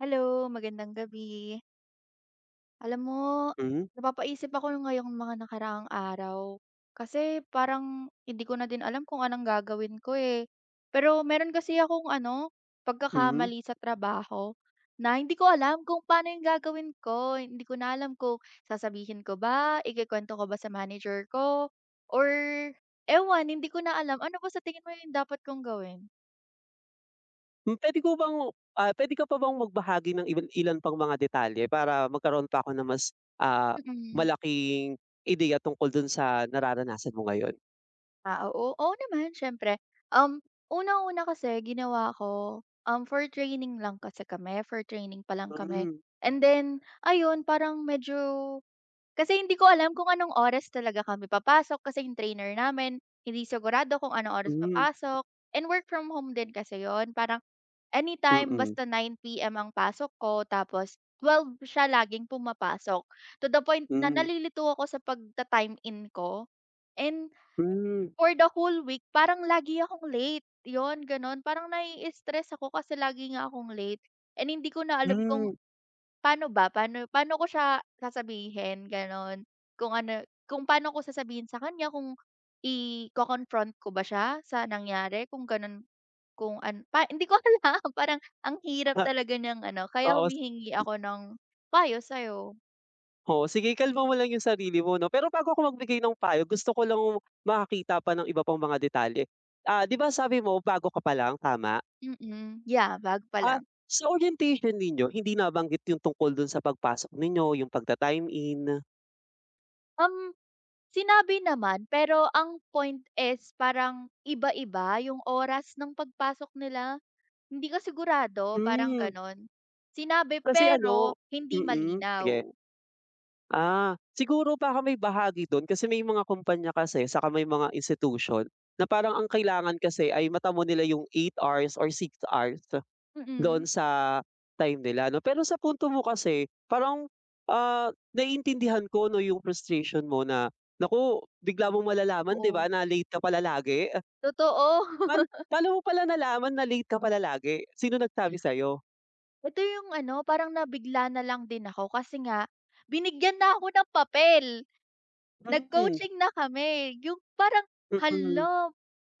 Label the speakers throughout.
Speaker 1: Hello, magandang gabi. Alam mo,
Speaker 2: Mhm,
Speaker 1: napapaisip ako ng ngayong mga nakaraang araw. Kasi parang hindi ko na din alam kung anong gagawin ko eh. Pero meron kasi akong ano,
Speaker 2: mhm.
Speaker 1: pagkakamali sa trabaho na hindi ko alam kung paano yung gagawin ko. Hindi ko na alam kung sasabihin ko ba, ikikwento ko ba sa manager ko, or ewan, hindi ko na alam. Ano ba sa tingin mo yung dapat kong gawin?
Speaker 2: Hmm, puwede ko bang, Puwede ka pa bang magbahagi ng ilan pang mga detalye para magkaroon pa ako ng mas, ah,
Speaker 1: Mm-mm.
Speaker 2: malaking ideya tungkol dun sa nararanasan mo ngayon?
Speaker 1: Ah, oo. Oo naman, siyempre. Um, unang-una kasi ginawa ko, for training lang kasi kami, for training pa lang kami.
Speaker 2: Hmm,
Speaker 1: And then, ayun, parang medyo kasi hindi ko alam kung anong oras talaga kami papasok kasi yung trainer namin, hindi sigurado kung anong oras
Speaker 2: hmm,
Speaker 1: papasok. And work from home din kasi yon. Parang anytime
Speaker 2: mm,
Speaker 1: basta 9 p.m. ang pasok ko, tapos 12 siya laging pumapasok. To the point na
Speaker 2: hmm,
Speaker 1: nalilito ako sa pagta-time in ko. And
Speaker 2: hmm,
Speaker 1: for the whole week parang lagi akong late, 'yun gano'n. Parang nai-stress ako kasi lagi nga akong late, and hindi ko na alam kung
Speaker 2: hmm,
Speaker 1: paano ba, paano paano ko siya sasabihin gano'n. Kung ano, kung paano ko sasabihin sa kanya, kung i confront ko ba siya sa nangyari kung gano'n, kung an pa hindi ko alam parang ang hirap
Speaker 2: ah,
Speaker 1: talaga ng ano, kaya
Speaker 2: oo,
Speaker 1: humihingi ako ng payo sa'yo.
Speaker 2: oo, sige, kalma mo lang yung sarili mo 'no. Pero bago ako magbigay ng payo gusto ko lang makakita pa ng iba pang mga detalye. 'Di ba sabi mo bago ka pa lang, tama?
Speaker 1: Mm, yabag pa
Speaker 2: Ah,
Speaker 1: lang.
Speaker 2: sa orientation ninyo hindi nabanggit yung tungkol dun sa pagpasok ninyo, yung pagta-time in?
Speaker 1: Um Sinabi naman, pero ang point is parang iba-iba yung oras ng pagpasok nila. Hindi ka sigurado, parang
Speaker 2: Hmm,
Speaker 1: gano'n. Sinabi
Speaker 2: Kasi
Speaker 1: pero
Speaker 2: ano,
Speaker 1: hindi malinaw.
Speaker 2: sige. Siguro baka may bahagi dun kasi may mga kumpanya kasi saka may mga institution na parang ang kailangan kasi ay matamo nila yung 8 hours or 6 hours
Speaker 1: Mm,
Speaker 2: doon sa time nila 'no. Pero sa punto mo kasi parang, naiintindihan ko 'no yung frustration mo na naku, bigla mong malalaman 'di
Speaker 1: oo.
Speaker 2: ba na late ka pala lagi.
Speaker 1: Totoo.
Speaker 2: Paano Paano mo pala nalaman na late ka pala lagi? Sino nagsabi sa'yo?
Speaker 1: Ito yung ano, parang nabigla na lang din ako kasi nga binigyan na ako ng papel.
Speaker 2: Hmm, mm,
Speaker 1: Nag-coaching na kami, yung parang,
Speaker 2: mm,
Speaker 1: hala,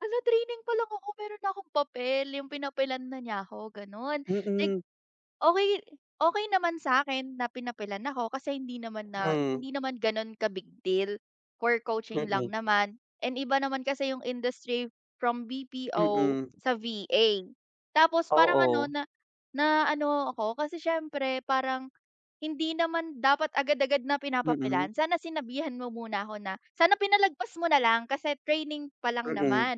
Speaker 1: hala training pa lang ako meron na akong papel, yung pinapilan na niya ako gano'n. Like,
Speaker 2: mm,
Speaker 1: okay, okay naman sa'kin na pinapilan ako kasi hindi naman na hindi naman gano'n ka-big deal, for coaching lang
Speaker 2: mm,
Speaker 1: naman and iba naman kasi yung industry from BPO
Speaker 2: mm,
Speaker 1: sa VA. Tapos parang ano
Speaker 2: oo,
Speaker 1: na na ano ako kasi siyempre parang hindi naman dapat agad-agad na
Speaker 2: mm,
Speaker 1: pinapapilan. Sana sinabihan mo muna ako na, sana pinalagpas mo na lang kasi training pa lang
Speaker 2: mm,
Speaker 1: naman.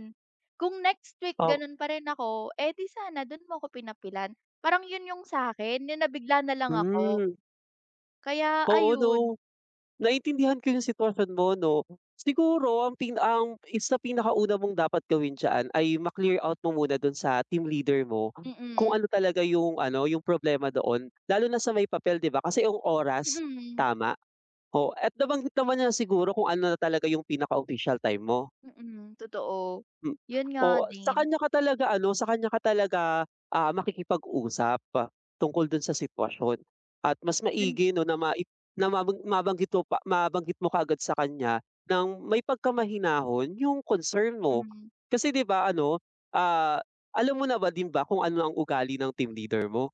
Speaker 1: Kung next week
Speaker 2: o,
Speaker 1: gano'n pa rin ako, eh, di sana dun mo ako pinapilan. Parang 'yun 'yung sa'kin, 'yung nabigla na lang ako.
Speaker 2: hmm,
Speaker 1: Kaya
Speaker 2: oo
Speaker 1: ayun,
Speaker 2: 'no. Naintindihan ko yung sitwasyon mo 'no. Siguro ang isa pinakauna mong dapat gawin diyan ay ma-clear out mo muna dun sa team leader mo kung
Speaker 1: mm,
Speaker 2: ano talaga yung ano, yung problema doon, lalo na sa may papel 'di ba, kasi yung oras,
Speaker 1: mm,
Speaker 2: tama? Oo, at nabanggit naman niya siguro kung ano na talaga yung pinaka-official time mo.
Speaker 1: mm, totoo.
Speaker 2: Hmm,
Speaker 1: 'Yun nga
Speaker 2: Oo,
Speaker 1: din,
Speaker 2: sa kanya ka talaga, makikipag-usap tungkol dun sa sitwasyon at mas
Speaker 1: 'yun
Speaker 2: maigi 'no na mai na mabang mabanggit mo kaagad sa kanya ng may pagkamahinahon yung concern mo.
Speaker 1: mm.
Speaker 2: Kasi 'di ba ano, ah, alam mo na ba din ba kung ano ang ugali ng team leader mo?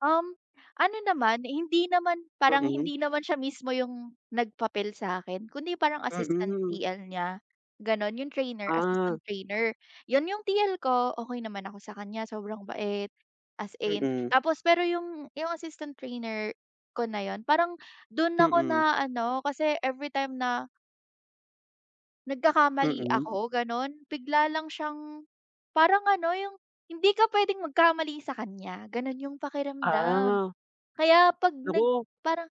Speaker 1: Um, ano naman, hindi naman parang
Speaker 2: Mm,
Speaker 1: hindi naman siya mismo yung nagpapel sa akin kundi parang assistant
Speaker 2: mm.
Speaker 1: TL niya, gano'n. Yung trainer,
Speaker 2: Ah,
Speaker 1: assistant trainer. 'Yun yung TL ko, okay naman ako sa kanya, sobrang bait, as in.
Speaker 2: mm,
Speaker 1: Tapos pero yung assistant trainer ko na 'yun, parang do'n ako
Speaker 2: mm,
Speaker 1: na ano, kasi every time na
Speaker 2: mm,
Speaker 1: nagkakamali
Speaker 2: mm.
Speaker 1: ako, gano'n, bigla lang siyang parang ano, yung hindi ka puwedeng magkamali sa kanya, gano'n yung pakiramdam.
Speaker 2: Ah.
Speaker 1: Kaya 'pag nag
Speaker 2: Naku,
Speaker 1: parang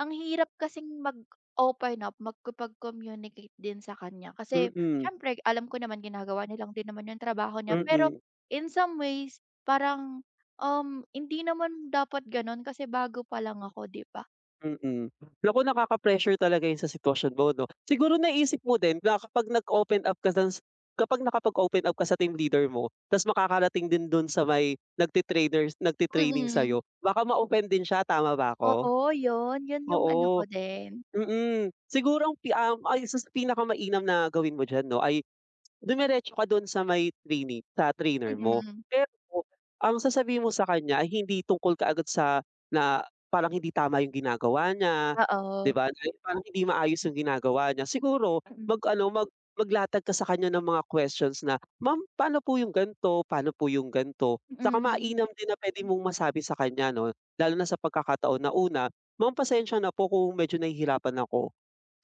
Speaker 1: ang hirap kasing mag-open up, makipag-communicate din sa kanya kasi
Speaker 2: mm,
Speaker 1: siyempre alam ko naman ginagawa niya lang din naman yung trabaho niya. Pero
Speaker 2: mm,
Speaker 1: in some ways parang, hindi naman dapat gano'n kasi bago pa lang ako, 'di ba?
Speaker 2: mm. Naku, nakaka-pressure talaga 'yun sa sitwasyon mo 'no. Siguro naisip mo din na kapag nakapag-open up ka sa team leader mo, ta's makakarating din dun sa may nagti-training
Speaker 1: Mm.
Speaker 2: sa'yo, baka ma-offend din siya, tama ba ako?
Speaker 1: Oo, yun. Yun yung ano ko
Speaker 2: Oo,
Speaker 1: din.
Speaker 2: mm. Siguro ay isa sa pinakamainam na gawin mo diyan 'no ay dumiretso ka dun sa may trainee sa trainer mo.
Speaker 1: Mm.
Speaker 2: Pero ang sasabihin mo sa kanya ay hindi tungkol kaagad sa na parang hindi tama yung ginagawa niya, 'di
Speaker 1: Oo.
Speaker 2: ba, na parang hindi maayos yung ginagawa niya. Siguro
Speaker 1: Mm.
Speaker 2: mag-ano, mag maglatag ka sa kanya ng mga questions na, "Ma'am, paano po yung ganto, paano po yung ganto?" Tsaka
Speaker 1: Mm.
Speaker 2: mainam din na puwede mong masabi sa kanya 'no, lalo na sa pagkakataon na una, "Ma'am, pasensya na po kung medyo nahihirapan ako."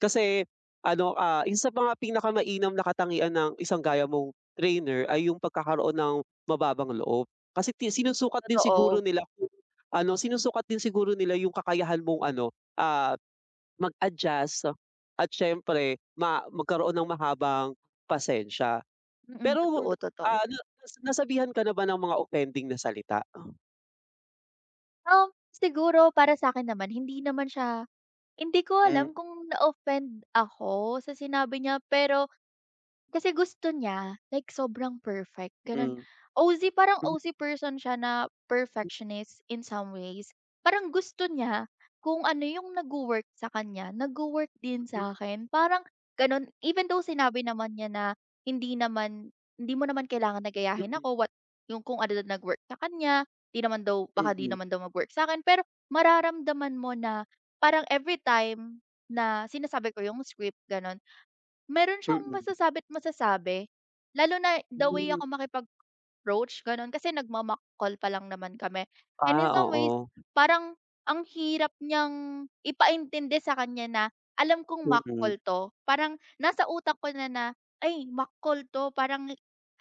Speaker 2: Kasi ano, isa sa mga pinakamainam na katangian ng isang gaya mong trainer ay yung pagkakaroon ng mababang loob. Kasi ti sinusukat din
Speaker 1: Totoo.
Speaker 2: siguro nila kung ano, sinusukat din siguro nila yung kakayahan mong ano, ah, mag-adjust at siyempre magkaroon ng mahabang pasensya.
Speaker 1: Mm,
Speaker 2: Pero,
Speaker 1: totoo, totoo.
Speaker 2: ah, na nasabihan ka na ba ng mga offending na salita?
Speaker 1: Um, siguro para sa akin naman hindi naman siya. Hindi ko
Speaker 2: Mm,
Speaker 1: alam kung na-offend ako sa sinabi niya, pero kasi gusto niya, like sobrang perfect gano'n.
Speaker 2: mm.
Speaker 1: OZ parang
Speaker 2: Mm,
Speaker 1: OZ person siya na perfectionist in some ways. Parang gusto niya kung ano yung nagwo-work sa kanya, nagwo-work din sa akin parang gano'n. Even though sinabi naman niya na hindi naman hindi mo naman kailangan na gayahin
Speaker 2: mm,
Speaker 1: ako what yung kung ano na nag-work sa kanya, 'di naman daw baka
Speaker 2: mm,
Speaker 1: 'di
Speaker 2: mm,
Speaker 1: naman daw mag-work sa akin. Pero mararamdaman mo na parang every time na sinasabi ko yung script gano'n, meron siyang
Speaker 2: mm.
Speaker 1: masasabi't masasabi, lalo na the way
Speaker 2: Hmm,
Speaker 1: ako makipag-approach gano'n kasi nagmo-mock call pa lang naman kami. And in
Speaker 2: ah,
Speaker 1: some ways,
Speaker 2: oo.
Speaker 1: parang ang hirap niyang ipaintindi sa kanya na alam kong mock
Speaker 2: Mm,
Speaker 1: call 'to. Parang nasa utak ko na na, "Ay mock call 'to." Parang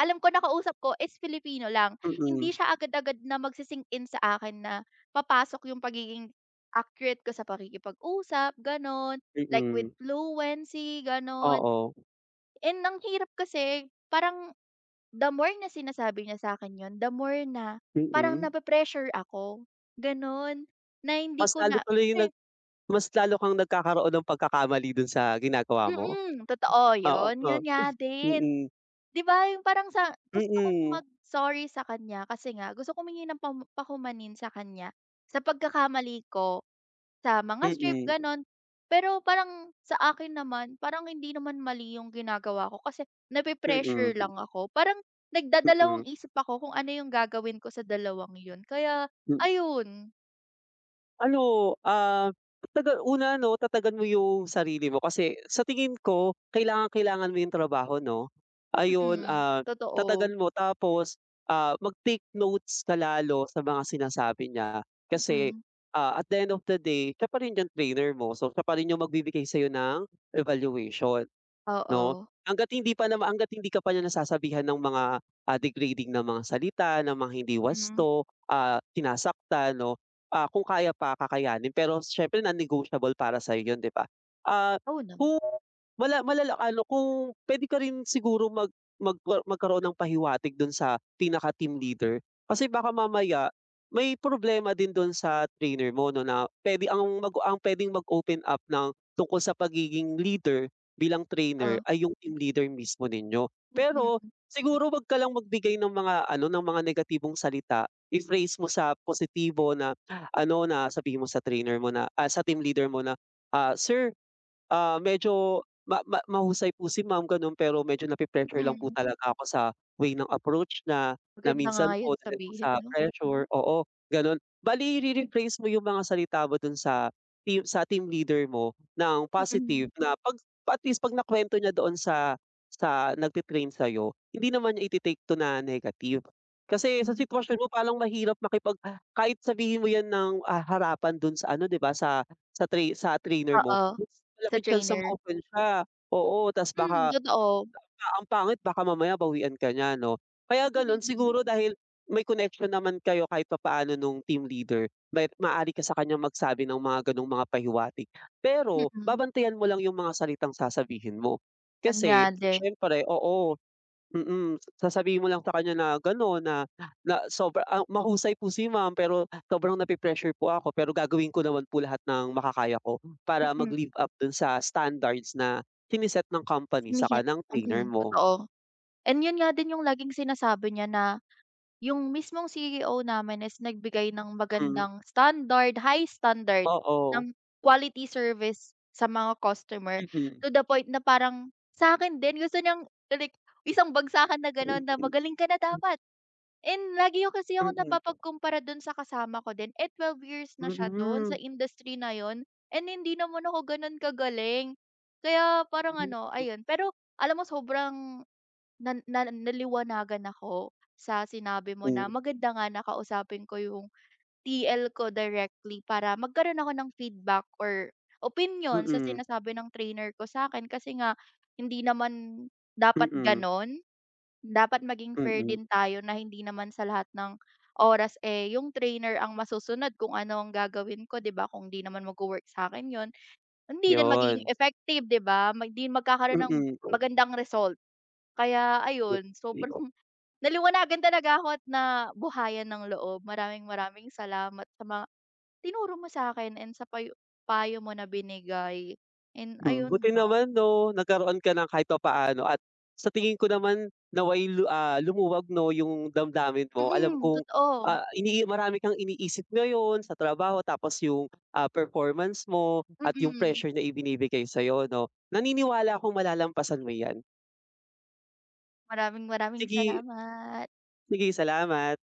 Speaker 1: alam ko na kausap ko is Filipino lang.
Speaker 2: mm.
Speaker 1: Hindi
Speaker 2: Mm.
Speaker 1: siya agad-agad na magsi in sa akin na papasok yung pagiging accurate ko sa pakikipag-usap gano'n, like with
Speaker 2: Mm,
Speaker 1: fluency, gano'n.
Speaker 2: oo,
Speaker 1: And ang hirap kasi parang the more na sinasabi niya sa akin yun, the more na parang
Speaker 2: mm.
Speaker 1: nape-pressure ako, gano'n. Na hindi
Speaker 2: Mas
Speaker 1: ko
Speaker 2: lalo
Speaker 1: na
Speaker 2: tuloy yung nag
Speaker 1: siyempre
Speaker 2: Mas lalo kang nagkakaroon ng pagkakamali dun sa ginagawa mo.
Speaker 1: mm, totoo
Speaker 2: Oo,
Speaker 1: yun,
Speaker 2: oo,
Speaker 1: yun nga din.
Speaker 2: mm,
Speaker 1: 'Di ba yung parang sa gusto ko
Speaker 2: mm,
Speaker 1: mag-sorry sa kanya kasi nga gusto ko humingi ng pam pahumanin sa kanya sa pagkakamali ko. Sa mga
Speaker 2: mm,
Speaker 1: strip
Speaker 2: mm,
Speaker 1: gano'n. Pero parang sa akin naman, parang hindi naman mali yung ginagawa ko kasi
Speaker 2: mm,
Speaker 1: nape-pressure
Speaker 2: mm.
Speaker 1: lang ako. Parang nagdadalawang isip ako kung ano yung gagawin ko sa dalawang yun. Kaya
Speaker 2: Mm.
Speaker 1: ayun,
Speaker 2: Ano, ah, tataga una 'no, tatagan mo yung sarili mo kasi sa tingin ko kailangang-kailangan mo yung trabaho 'no. Ayun,
Speaker 1: mm, totoo.
Speaker 2: tatagan mo tapos, mag-take notes ka lalo sa mga sinasabi niya kasi,
Speaker 1: Mm,
Speaker 2: at the end of the day siya pa rin yung trainer mo, so siya pa rin yung magbibigay sa'yo ng evaluation. 'No,
Speaker 1: oo.
Speaker 2: hangga't hindi ka pa niya nasasabihan ng mga, degrading na mga salita, ng mga hindi
Speaker 1: Mm,
Speaker 2: wasto, sinasaktan 'no, kung kaya pa kakayanin, pero siyempre non-negotiable para sa 'yun 'di ba? Ah,
Speaker 1: oo naman,
Speaker 2: kung malala ano kung puwede ka rin siguro magkaroon ng pahiwatig dun sa pinaka-team leader, kasi baka mamaya may problema din dun sa trainer mo 'no, na puwede ang mag ang puwedeng mag-open up ng tungkol sa pagiging leader bilang trainer
Speaker 1: oh,
Speaker 2: ay yung team leader mismo ninyo. Pero
Speaker 1: mm,
Speaker 2: siguro 'wag ka lang magbigay ng mga ano, ng mga negatibong salita, i-phrase mo sa positibo na ano, na sabihin mo sa trainer mo na, sa team leader mo na, "Sir, medyo ma ma mahusay po si ma'am gano'n, pero medyo nape-pressure lang po
Speaker 1: mm.
Speaker 2: talaga ako sa way ng approach niya, na
Speaker 1: Maganda nga
Speaker 2: minsan
Speaker 1: yun
Speaker 2: po dahil po
Speaker 1: sabihin
Speaker 2: sa
Speaker 1: 'no?
Speaker 2: pressure oo, gano'n." Bale i-rephrase mo yung mga salita mo do'n sa team leader mo ng
Speaker 1: Mm-mm.
Speaker 2: positive na at least 'pag nakuwento niya doon sa nagte-train sa'yo, hindi naman niya iti-take to na negative. Kasi
Speaker 1: Mm,
Speaker 2: sa
Speaker 1: hmm,
Speaker 2: sitwasyon mo parang mahirap kahit sabihin mo 'yan ng, harapan do'n sa ano 'di ba, sa trainer mo,
Speaker 1: oo,
Speaker 2: mas
Speaker 1: sa
Speaker 2: malaki chance na
Speaker 1: trainer.
Speaker 2: ma-offend siya, oo, tas
Speaker 1: Mm,
Speaker 2: baka,
Speaker 1: totoo.
Speaker 2: ang pangit baka mamaya bawian ka niya 'no. Kaya gano'n
Speaker 1: Mm,
Speaker 2: siguro dahil may connection naman kayo kahit papaano nung team leader, may maaari ka sa kanyang magsabi ng mga gano'ng mga pahiwatig.
Speaker 1: mm,
Speaker 2: Pero
Speaker 1: mm,
Speaker 2: babantayan mo lang yung mga salitang sasabihin mo. Kasi
Speaker 1: ganyan din.
Speaker 2: siyempre oo. Sasabihin mo lang sa kanya na gano'n na na sobra ah, mahusay po si ma'am pero sobrang nape-pressure po ako pero gagawin ko naman po lahat ng makakaya ko para
Speaker 1: Mm.
Speaker 2: mag-live up dun sa standards na sine-set ng company
Speaker 1: Sinihit,
Speaker 2: saka ng trainer
Speaker 1: mm,
Speaker 2: mo.
Speaker 1: totoo. And yun nga din yung laging sinasabi niya na yung mismong CEO namin is nagbigay ng
Speaker 2: Hmm,
Speaker 1: magandang standard, high standard
Speaker 2: oo.
Speaker 1: ng quality service sa mga customer
Speaker 2: Mm.
Speaker 1: to the point na parang sa'kin din gusto niyang like isang bagsakan na gano'n na
Speaker 2: Mm.
Speaker 1: magaling ka na dapat. And lagi ko kasi ako
Speaker 2: Mm.
Speaker 1: napapagkumpara dun sa kasama ko din, eh, 12 years na siya dun
Speaker 2: Mm,
Speaker 1: sa industry na yon, and hindi naman ako ganun kagaling. Kaya parang ano, ayun. Pero alam mo sobrang na na naliwanagan ako sa sinabi mo na maganda nga na ko yung TL ko directly para magkaroon ako ng feedback or opinion sa
Speaker 2: mm,
Speaker 1: sinasabi ng trainer ko sa akin kasi nga hindi naman dapat
Speaker 2: mm,
Speaker 1: gano'n. Dapat maging fair
Speaker 2: mm,
Speaker 1: din tayo na hindi naman sa lahat ng oras, eh, yung trainer ang masusunod kung ano ang gagawin ko, 'di ba? Kung 'di naman magwo-work sa akin yon hindi din magiging
Speaker 2: yun.
Speaker 1: effective, 'di ba? Mag 'di magkakaroon ng magandang result. Kaya ayun, sobrang
Speaker 2: Mm.
Speaker 1: naliwanagan talaga ako at na buhayan ng loob. Maraming maraming salamat sa mga tinuro mo sa'kin and sa payo payo mo na binigay. And ayun
Speaker 2: Buti
Speaker 1: lang.
Speaker 2: naman 'no, nagkaroon ka ng kahit papaano at sa tingin ko naman nawa'y lumuwag 'no, yung damdamin mo. Alam
Speaker 1: Mm,
Speaker 2: kong,
Speaker 1: totoo.
Speaker 2: ah, inii marami kang iniisip ngayon sa trabaho tapos yung, performance mo at yung
Speaker 1: Mm.
Speaker 2: pressure na ibinibigay sa'yo 'no. Naniniwala akong malalampasan mo 'yan.
Speaker 1: Maraming maraming
Speaker 2: Sige,
Speaker 1: salamat.
Speaker 2: sige, salamat.